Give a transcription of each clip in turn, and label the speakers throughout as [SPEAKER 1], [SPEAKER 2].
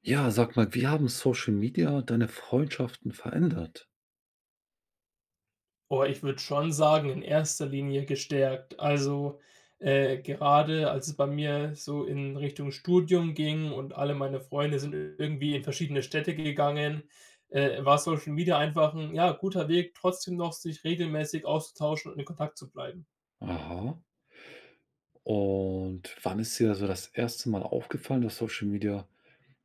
[SPEAKER 1] Ja, sag mal, wie haben Social Media deine Freundschaften verändert?
[SPEAKER 2] Oh, ich würde schon sagen, in erster Linie gestärkt. Also, gerade als es bei mir so in Richtung Studium ging und alle meine Freunde sind irgendwie in verschiedene Städte gegangen, war Social Media einfach ein ja, guter Weg, trotzdem noch sich regelmäßig auszutauschen und in Kontakt zu bleiben.
[SPEAKER 1] Aha. Und wann ist dir so das erste Mal aufgefallen, dass Social Media,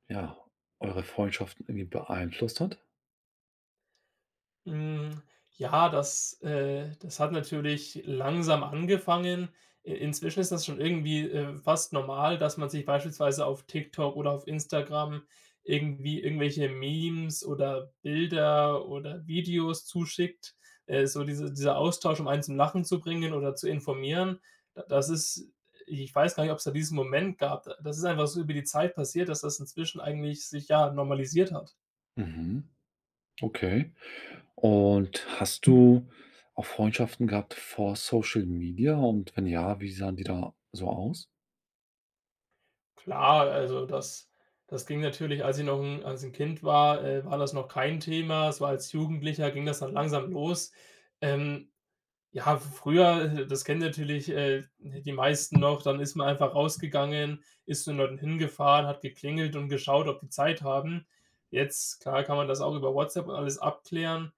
[SPEAKER 1] ja, eure Freundschaften irgendwie beeinflusst hat?
[SPEAKER 2] Hm, ja, das hat natürlich langsam angefangen. I Inzwischen ist das schon irgendwie, fast normal, dass man sich beispielsweise auf TikTok oder auf Instagram irgendwelche Memes oder Bilder oder Videos zuschickt. So dieser Austausch, um einen zum Lachen zu bringen oder zu informieren. Da das ist Ich weiß gar nicht, ob es da diesen Moment gab. Das ist einfach so über die Zeit passiert, dass das inzwischen eigentlich sich, ja, normalisiert hat.
[SPEAKER 1] Mhm. Okay. Und hast du auch Freundschaften gehabt vor Social Media? Und wenn ja, wie sahen die da so aus?
[SPEAKER 2] Klar, also das ging natürlich, als ich noch 'n als ein Kind war, war das noch kein Thema. Es war als Jugendlicher ging das dann langsam los. Ähm, ja, früher, das kennen natürlich, die meisten noch, dann ist man einfach rausgegangen, ist zu den Leuten hingefahren, hat geklingelt und geschaut, ob die Zeit haben. Jetzt, klar, kann man das auch über WhatsApp und alles abklären.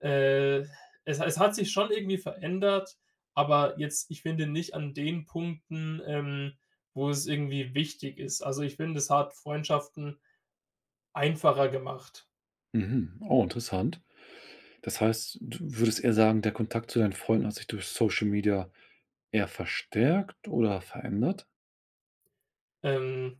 [SPEAKER 2] Äh, es hat sich schon irgendwie verändert, aber jetzt ich finde nicht an den Punkten, wo es irgendwie wichtig ist. Also, ich finde, es hat Freundschaften einfacher gemacht.
[SPEAKER 1] Mhm. Oh, interessant. Das heißt, du würdest eher sagen, der Kontakt zu deinen Freunden hat sich durch Social Media eher verstärkt oder verändert?
[SPEAKER 2] Ähm,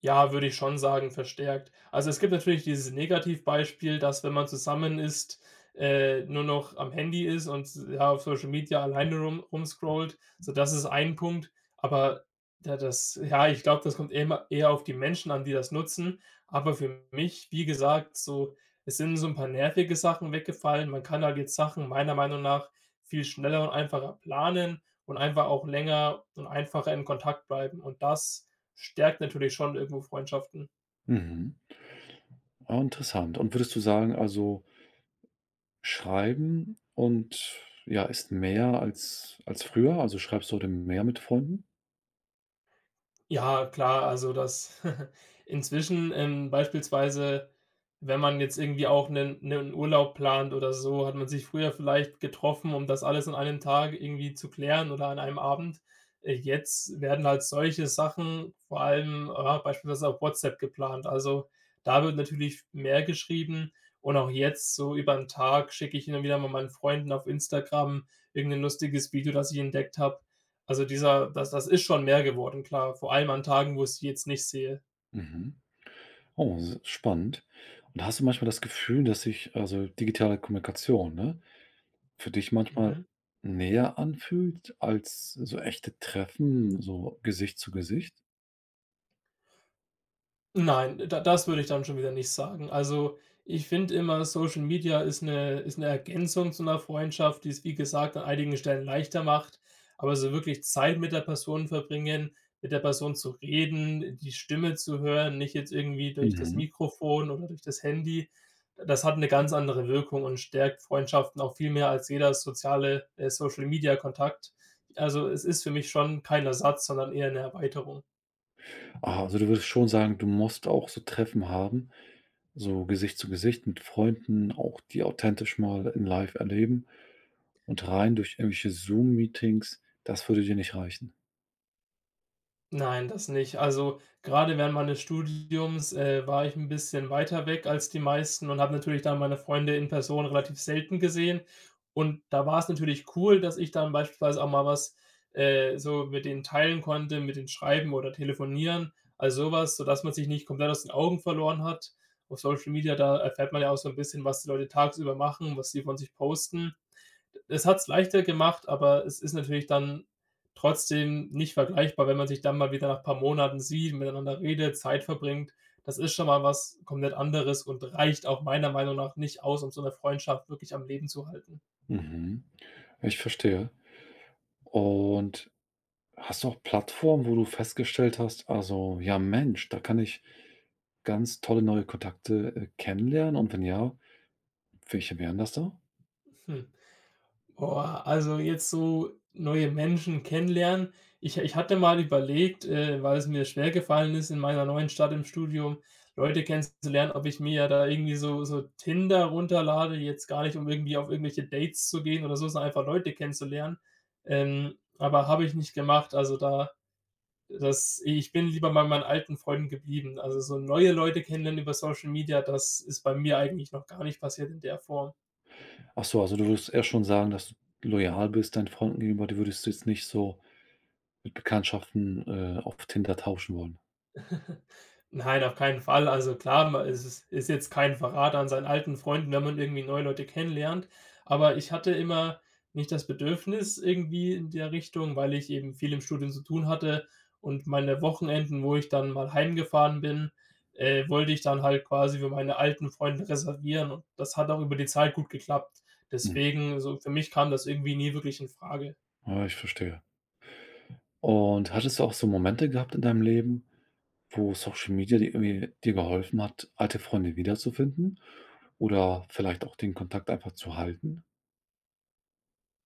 [SPEAKER 2] ja, würde ich schon sagen, verstärkt. Also, es gibt natürlich dieses Negativbeispiel, dass, wenn man zusammen ist, nur noch am Handy ist und ja, auf Social Media alleine rumscrollt. So, das ist ein Punkt, aber da das ja, ich glaube, das kommt immer eher auf die Menschen an, die das nutzen. Aber für mich, wie gesagt, so es sind so ein paar nervige Sachen weggefallen. Man kann halt jetzt Sachen meiner Meinung nach viel schneller und einfacher planen und einfach auch länger und einfacher in Kontakt bleiben. Und das stärkt natürlich schon irgendwo Freundschaften.
[SPEAKER 1] Mhm. Ah, interessant. Und würdest du sagen, also Schreiben und ja, ist mehr als, als früher? Also schreibst du heute mehr mit Freunden?
[SPEAKER 2] Ja, klar, also das inzwischen, beispielsweise, wenn man jetzt irgendwie auch einen Urlaub plant oder so, hat man sich früher vielleicht getroffen, um das alles an einem Tag irgendwie zu klären oder an einem Abend. Jetzt werden halt solche Sachen vor allem, ja, beispielsweise auf WhatsApp geplant. Also, da wird natürlich mehr geschrieben und auch jetzt so über den Tag schicke ich immer wieder mal meinen Freunden auf Instagram irgendein lustiges Video, das ich entdeckt habe. Also dieser das ist schon mehr geworden, klar, vor allem an Tagen, wo ich sie jetzt nicht sehe.
[SPEAKER 1] Mhm. Oh, spannend. Und hast du manchmal das Gefühl, dass sich also digitale Kommunikation, ne, für dich manchmal
[SPEAKER 2] Mhm.
[SPEAKER 1] näher anfühlt als so echte Treffen, so Gesicht zu Gesicht?
[SPEAKER 2] Nein, da das würde ich dann schon wieder nicht sagen. Also, ich finde immer, Social Media ist eine Ergänzung zu einer Freundschaft, die es, wie gesagt, an einigen Stellen leichter macht. Aber so wirklich Zeit mit der Person verbringen, mit der Person zu reden, die Stimme zu hören, nicht jetzt irgendwie durch das
[SPEAKER 1] Mhm.
[SPEAKER 2] Mikrofon oder durch das Handy, das hat eine ganz andere Wirkung und stärkt Freundschaften auch viel mehr als jeder soziale, Social Media Kontakt. Also, es ist für mich schon kein Ersatz, sondern eher eine Erweiterung.
[SPEAKER 1] Ah, also du würdest schon sagen, du musst auch so Treffen haben, so Gesicht zu Gesicht mit Freunden, auch die authentisch mal in Live erleben. Und rein durch irgendwelche Zoom-Meetings, das würde dir nicht reichen.
[SPEAKER 2] Nein, das nicht. Also, gerade während meines Studiums, war ich ein bisschen weiter weg als die meisten und habe natürlich dann meine Freunde in Person relativ selten gesehen. Und da war es natürlich cool, dass ich dann beispielsweise auch mal was, so mit denen teilen konnte, mit denen schreiben oder telefonieren, also so was, sodass man sich nicht komplett aus den Augen verloren hat. Auf Social Media, da erfährt man ja auch so ein bisschen, was die Leute tagsüber machen, was sie von sich posten. Es hat's leichter gemacht, aber es ist natürlich dann trotzdem nicht vergleichbar, wenn man sich dann mal wieder nach ein paar Monaten sieht, miteinander redet, Zeit verbringt. Das ist schon mal was komplett anderes und reicht auch meiner Meinung nach nicht aus, um so eine Freundschaft wirklich am Leben zu halten.
[SPEAKER 1] Mhm. Ich verstehe. Und hast du auch Plattformen, wo du festgestellt hast, also, ja Mensch, da kann ich ganz tolle neue Kontakte, kennenlernen, und wenn ja, welche wären das da?
[SPEAKER 2] Hm. Boah, also jetzt so neue Menschen kennenlernen. Ich hatte mal überlegt, weil es mir schwergefallen ist, in meiner neuen Stadt im Studium Leute kennenzulernen, ob ich mir ja da irgendwie so Tinder runterlade, jetzt gar nicht, um irgendwie auf irgendwelche Dates zu gehen oder so, sondern einfach Leute kennenzulernen. Aber habe ich nicht gemacht. Also da das ich bin lieber bei meinen alten Freunden geblieben. Also so neue Leute kennenlernen über Social Media, das ist bei mir eigentlich noch gar nicht passiert in der Form.
[SPEAKER 1] Ach so, also, du würdest eher schon sagen, dass du loyal bist deinen Freunden gegenüber, die würdest du jetzt nicht so mit Bekanntschaften, auf Tinder tauschen wollen.
[SPEAKER 2] Nein, auf keinen Fall. Also klar, ma es ist jetzt kein Verrat an seinen alten Freunden, wenn man irgendwie neue Leute kennenlernt. Aber ich hatte immer nicht das Bedürfnis irgendwie in der Richtung, weil ich eben viel im Studium zu tun hatte und meine Wochenenden, wo ich dann mal heimgefahren bin, wollte ich dann halt quasi für meine alten Freunde reservieren und das hat auch über die Zeit gut geklappt.
[SPEAKER 1] Mhm.
[SPEAKER 2] Deswegen, so für mich kam das irgendwie nie wirklich in Frage.
[SPEAKER 1] Ja, ich verstehe. Und hattest du auch so Momente gehabt in deinem Leben, wo Social Media dir irgendwie dir geholfen hat, alte Freunde wiederzufinden oder vielleicht auch den Kontakt einfach zu halten?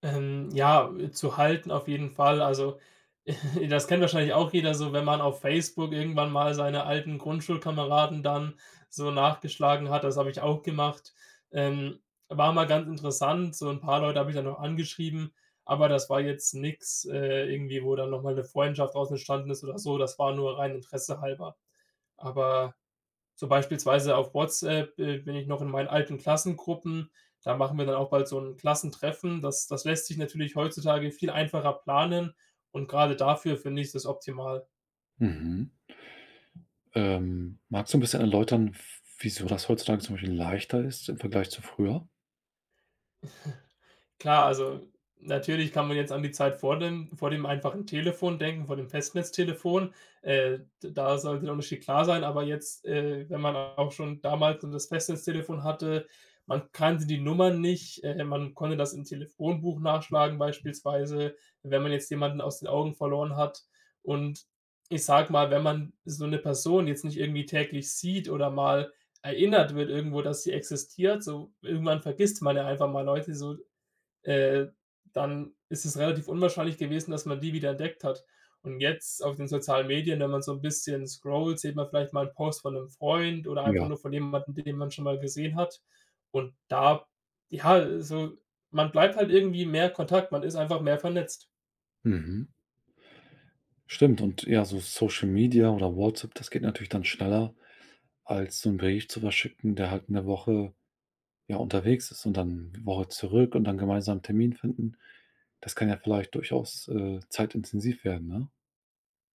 [SPEAKER 2] Ja, zu halten auf jeden Fall. Also, das kennt wahrscheinlich auch jeder so, wenn man auf Facebook irgendwann mal seine alten Grundschulkameraden dann so nachgeschlagen hat. Das habe ich auch gemacht. Ähm, war mal ganz interessant. So ein paar Leute habe ich dann noch angeschrieben, aber das war jetzt nix, irgendwie, wo dann noch mal 'ne Freundschaft draus entstanden ist oder so. Das war nur rein Interesse halber. Aber so beispielsweise auf WhatsApp, bin ich noch in meinen alten Klassengruppen. Da machen wir dann auch bald so ein Klassentreffen. Das lässt sich natürlich heutzutage viel einfacher planen und gerade dafür finde ich das optimal.
[SPEAKER 1] Mhm. Magst du ein bisschen erläutern, wieso das heutzutage zum Beispiel leichter ist im Vergleich zu früher?
[SPEAKER 2] Klar, also natürlich kann man jetzt an die Zeit vor dem einfachen Telefon denken, vor dem Festnetztelefon. D Da sollte der Unterschied klar sein, aber jetzt, wenn man auch schon damals das Festnetztelefon hatte, man kannte die Nummern nicht, man konnte das im Telefonbuch nachschlagen beispielsweise, wenn man jetzt jemanden aus den Augen verloren hat. Und ich sag mal, wenn man so eine Person jetzt nicht irgendwie täglich sieht oder mal erinnert wird irgendwo, dass sie existiert, so irgendwann vergisst man ja einfach mal Leute, so äh, dann ist es relativ unwahrscheinlich gewesen, dass man die wieder entdeckt hat. Und jetzt auf den sozialen Medien, wenn man so ein bisschen scrollt, sieht man vielleicht mal einen Post von einem Freund oder einfach
[SPEAKER 1] Ja.
[SPEAKER 2] nur von jemandem, den man schon mal gesehen hat. Und da ja, so man bleibt halt irgendwie mehr Kontakt, man ist einfach mehr vernetzt.
[SPEAKER 1] Mhm. Stimmt, und ja, so Social Media oder WhatsApp, das geht natürlich dann schneller als so einen Brief zu verschicken, der halt eine Woche, ja, unterwegs ist und dann 'ne Woche zurück, und dann gemeinsam 'n Termin finden. Das kann ja vielleicht durchaus, zeitintensiv werden, ne?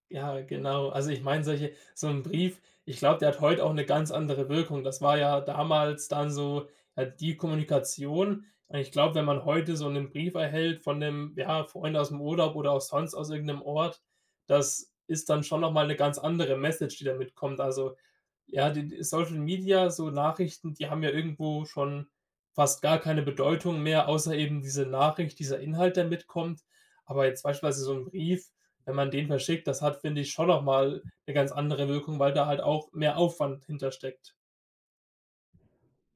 [SPEAKER 2] Ja, genau. Also, ich meine, solche so ein Brief, ich glaube, der hat heute auch eine ganz andere Wirkung. Das war ja damals dann so, ja, die Kommunikation. Und ich glaube, wenn man heute so einen Brief erhält von 'nem, ja, Freund aus dem Urlaub oder auch sonst aus irgendeinem Ort, das ist dann schon noch mal 'ne ganz andere Message, die damit kommt. Also, ja, die Social Media, so Nachrichten, die haben ja irgendwo schon fast gar keine Bedeutung mehr, außer eben diese Nachricht, dieser Inhalt, der mitkommt. Aber jetzt beispielsweise so ein Brief, wenn man den verschickt, das hat, finde ich, schon noch mal 'ne ganz andere Wirkung, weil da halt auch mehr Aufwand hintersteckt.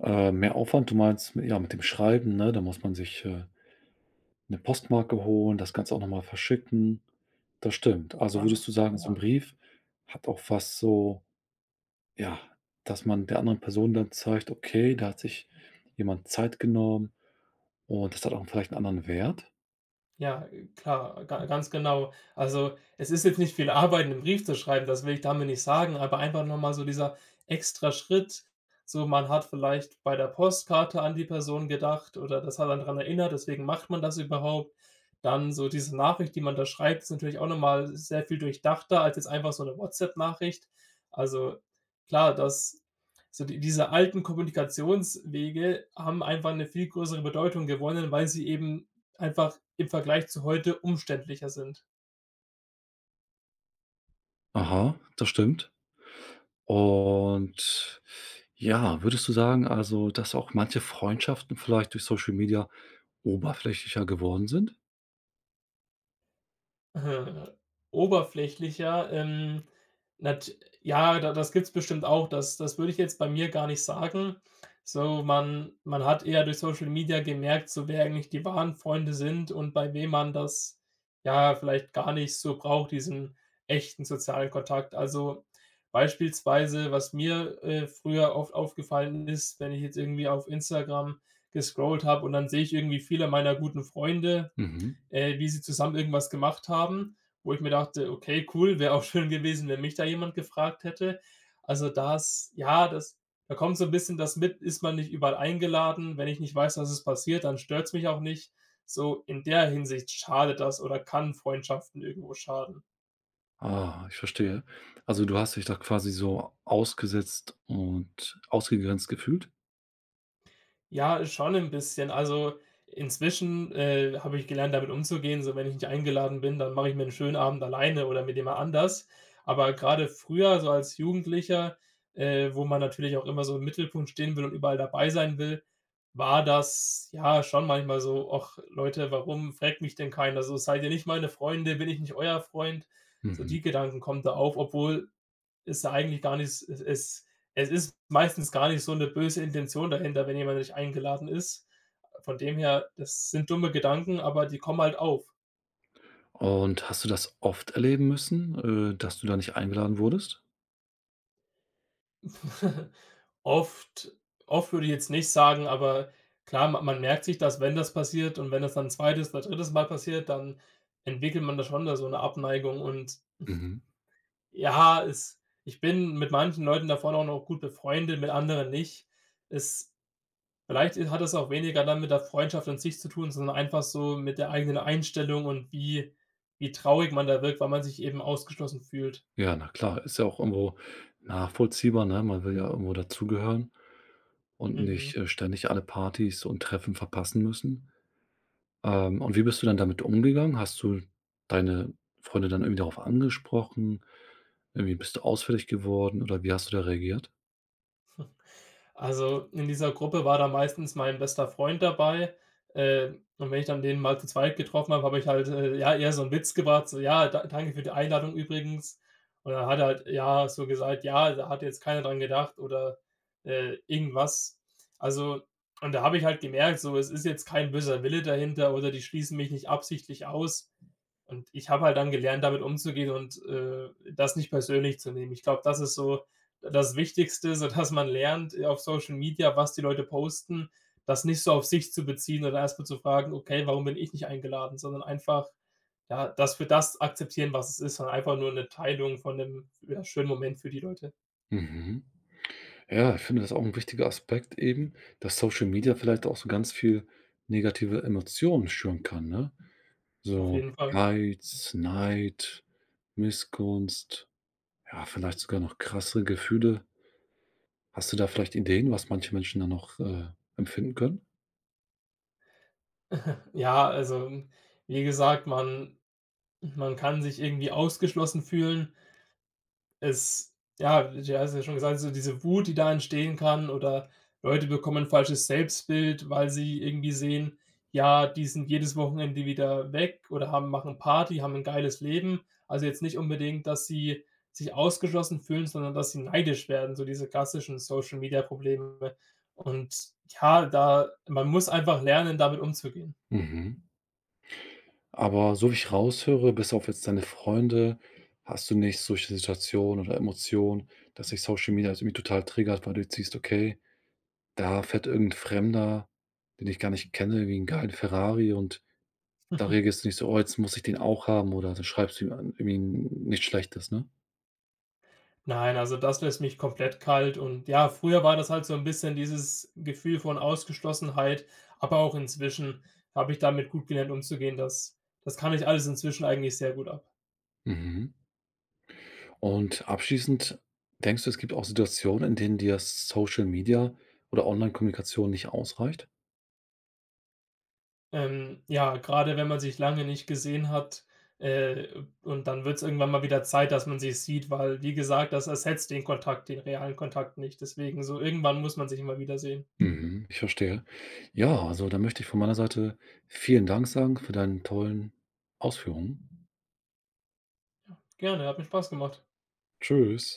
[SPEAKER 1] Mehr Aufwand du meinst, mit- ja, mit dem Schreiben, ne? Da muss man sich, 'ne Postmarke holen, das Ganze auch noch mal verschicken. Das stimmt. Also,
[SPEAKER 2] Da
[SPEAKER 1] würdest du sagen, so ein
[SPEAKER 2] ja.
[SPEAKER 1] Brief hat auch was so, ja, dass man der anderen Person dann zeigt: „Okay, da hat sich jemand Zeit genommen“, und das hat auch vielleicht einen anderen Wert?
[SPEAKER 2] Ja, klar, ga ganz genau. Also, es ist jetzt nicht viel Arbeit, 'nen Brief zu schreiben, das will ich damit nicht sagen, aber einfach noch mal so dieser extra Schritt. So, man hat vielleicht bei der Postkarte an die Person gedacht oder das hat einen dran erinnert, deswegen macht man das überhaupt. Dann so diese Nachricht, die man da schreibt, ist natürlich auch noch mal sehr viel durchdachter als jetzt einfach so 'ne WhatsApp-Nachricht. Also, klar, das so diese alten Kommunikationswege haben einfach 'ne viel größere Bedeutung gewonnen, weil sie eben einfach im Vergleich zu heute umständlicher sind.
[SPEAKER 1] Aha, das stimmt. Und ja, würdest du sagen, also, dass auch manche Freundschaften vielleicht durch Social Media oberflächlicher geworden sind?
[SPEAKER 2] äh, Oberflächlicher, nat ja, da das gibt's bestimmt auch. Das würde ich jetzt bei mir gar nicht sagen. So, man hat eher durch Social Media gemerkt, so wer eigentlich die wahren Freunde sind und bei wem man das, ja, vielleicht gar nicht so braucht, diesen echten sozialen Kontakt. Also, beispielsweise, was mir, früher oft aufgefallen ist, wenn ich jetzt irgendwie auf Instagram gescrollt habe und dann sehe ich irgendwie viele meiner guten Freunde
[SPEAKER 1] Mhm.
[SPEAKER 2] wie sie zusammen irgendwas gemacht haben, wo ich mir dachte: „Okay, cool, wäre auch schön gewesen, wenn mich da jemand gefragt hätte.“ Also, das ja, das da kommt so ein bisschen das mit, ist man nicht überall eingeladen. Wenn ich nicht weiß, was es passiert, dann stört's mich auch nicht. So in der Hinsicht schadet das oder kann Freundschaften irgendwo schaden.
[SPEAKER 1] Ah, ich verstehe. Also, du hast dich da quasi so ausgesetzt und ausgegrenzt gefühlt?
[SPEAKER 2] Ja, schon ein bisschen. Also, inzwischen, habe ich gelernt, damit umzugehen. So, wenn ich nicht eingeladen bin, dann mache ich mir einen schönen Abend alleine oder mit jemand anders. Aber gerade früher, so als Jugendlicher, wo man natürlich auch immer so im Mittelpunkt stehen will und überall dabei sein will, war das, ja, schon manchmal so: Ach Leute, warum fragt mich denn keiner so? Seid ihr nicht meine Freunde? Bin ich nicht euer Freund?“ So
[SPEAKER 1] Mhm.
[SPEAKER 2] die Gedanken kommen da auf, obwohl ist da eigentlich gar nicht es ist meistens gar nicht so eine böse Intention dahinter, wenn jemand nicht eingeladen ist. Von dem her, das sind dumme Gedanken, aber die kommen halt auf.
[SPEAKER 1] Und hast du das oft erleben müssen, dass du da nicht eingeladen wurdest?
[SPEAKER 2] Oft oft würde ich jetzt nicht sagen, aber klar, ma man merkt sich das, wenn das passiert und wenn das dann 'n 2. oder drittes Mal passiert, dann entwickelt man da schon da so eine Abneigung und
[SPEAKER 1] Mhm.
[SPEAKER 2] ja, es ich bin mit manchen Leuten da vorne auch noch gut befreundet, mit anderen nicht. Es Vielleicht hat es auch weniger dann mit der Freundschaft an sich zu tun, sondern einfach so mit der eigenen Einstellung und wie traurig man da wirkt, weil man sich eben ausgeschlossen fühlt.
[SPEAKER 1] Ja, na klar, ist ja auch irgendwo nachvollziehbar, ne? Man will ja irgendwo dazugehören und
[SPEAKER 2] Mhm.
[SPEAKER 1] nicht, ständig alle Partys und Treffen verpassen müssen. Und wie bist du dann damit umgegangen? Hast du deine Freunde dann irgendwie darauf angesprochen? Irgendwie bist du ausfällig geworden, oder wie hast du da reagiert?
[SPEAKER 2] Also, in dieser Gruppe war da meistens mein bester Freund dabei, äh, und wenn ich dann den mal zu zweit getroffen habe, habe ich halt, ja, eher so einen Witz gebracht, so: „Ja, da danke für die Einladung übrigens.“ Und dann hat er halt, ja, so gesagt: „Ja, da hat jetzt keiner dran gedacht“ oder, irgendwas. Also und da habe ich halt gemerkt, so, es ist jetzt kein böser Wille dahinter oder die schließen mich nicht absichtlich aus. Und ich habe halt dann gelernt, damit umzugehen und, das nicht persönlich zu nehmen. Ich glaube, das ist so das Wichtigste, so dass man lernt, auf Social Media, was die Leute posten, das nicht so auf sich zu beziehen oder erstmal zu fragen: „Okay, warum bin ich nicht eingeladen?“, sondern einfach, ja, das für das akzeptieren, was es ist und einfach nur eine Teilung von 'nem, ja, schönen Moment für die Leute,
[SPEAKER 1] Mhm. Ja, ich finde das auch ein wichtiger Aspekt eben, dass Social Media vielleicht auch so ganz viel negative Emotionen schüren kann, ne?
[SPEAKER 2] auf
[SPEAKER 1] So
[SPEAKER 2] jeden Fall.
[SPEAKER 1] Geiz, Neid, Missgunst, ja, vielleicht sogar noch krassere Gefühle. Hast du da vielleicht Ideen, was manche Menschen da noch, empfinden können?
[SPEAKER 2] Ja, also, wie gesagt, man kann sich irgendwie ausgeschlossen fühlen. Es ja, du hast ja schon gesagt, so diese Wut, die da entstehen kann oder Leute bekommen ein falsches Selbstbild, weil sie irgendwie sehen, ja, die sind jedes Wochenende wieder weg oder haben machen Party, haben ein geiles Leben. Also, jetzt nicht unbedingt, dass sie sich ausgeschlossen fühlen, sondern dass sie neidisch werden, so diese klassischen Social-Media-Probleme. Und ja, da man muss einfach lernen, damit umzugehen.
[SPEAKER 1] Mhm. Aber so wie ich raushöre, bis auf jetzt deine Freunde, hast du nicht solche Situationen oder Emotionen, dass sich Social Media jetzt irgendwie total triggert, weil du jetzt siehst: Okay, da fährt irgendein Fremder, den ich gar nicht kenne, wie 'n geilen Ferrari, und da reagierst du nicht so: „Oh, jetzt muss ich den auch haben“, oder dann schreibst du ihm an irgendwie nichts Schlechtes, ne?
[SPEAKER 2] Nein, also das lässt mich komplett kalt und ja, früher war das halt so ein bisschen dieses Gefühl von Ausgeschlossenheit, aber auch inzwischen habe ich damit gut gelernt umzugehen. Das kann ich alles inzwischen eigentlich sehr gut ab.
[SPEAKER 1] Mhm. Und abschließend, denkst du, es gibt auch Situationen, in denen dir Social Media oder Online-Kommunikation nicht ausreicht?
[SPEAKER 2] Ja, gerade wenn man sich lange nicht gesehen hat, äh, und dann wird es irgendwann mal wieder Zeit, dass man sich sieht, weil, wie gesagt, das ersetzt den Kontakt, den realen Kontakt nicht. Deswegen so irgendwann muss man sich immer wieder sehen.
[SPEAKER 1] Mhm, ich verstehe. Ja, also dann möchte ich von meiner Seite vielen Dank sagen für deinen tollen Ausführungen.
[SPEAKER 2] Gerne, hat mir Spaß gemacht.
[SPEAKER 1] Tschüss.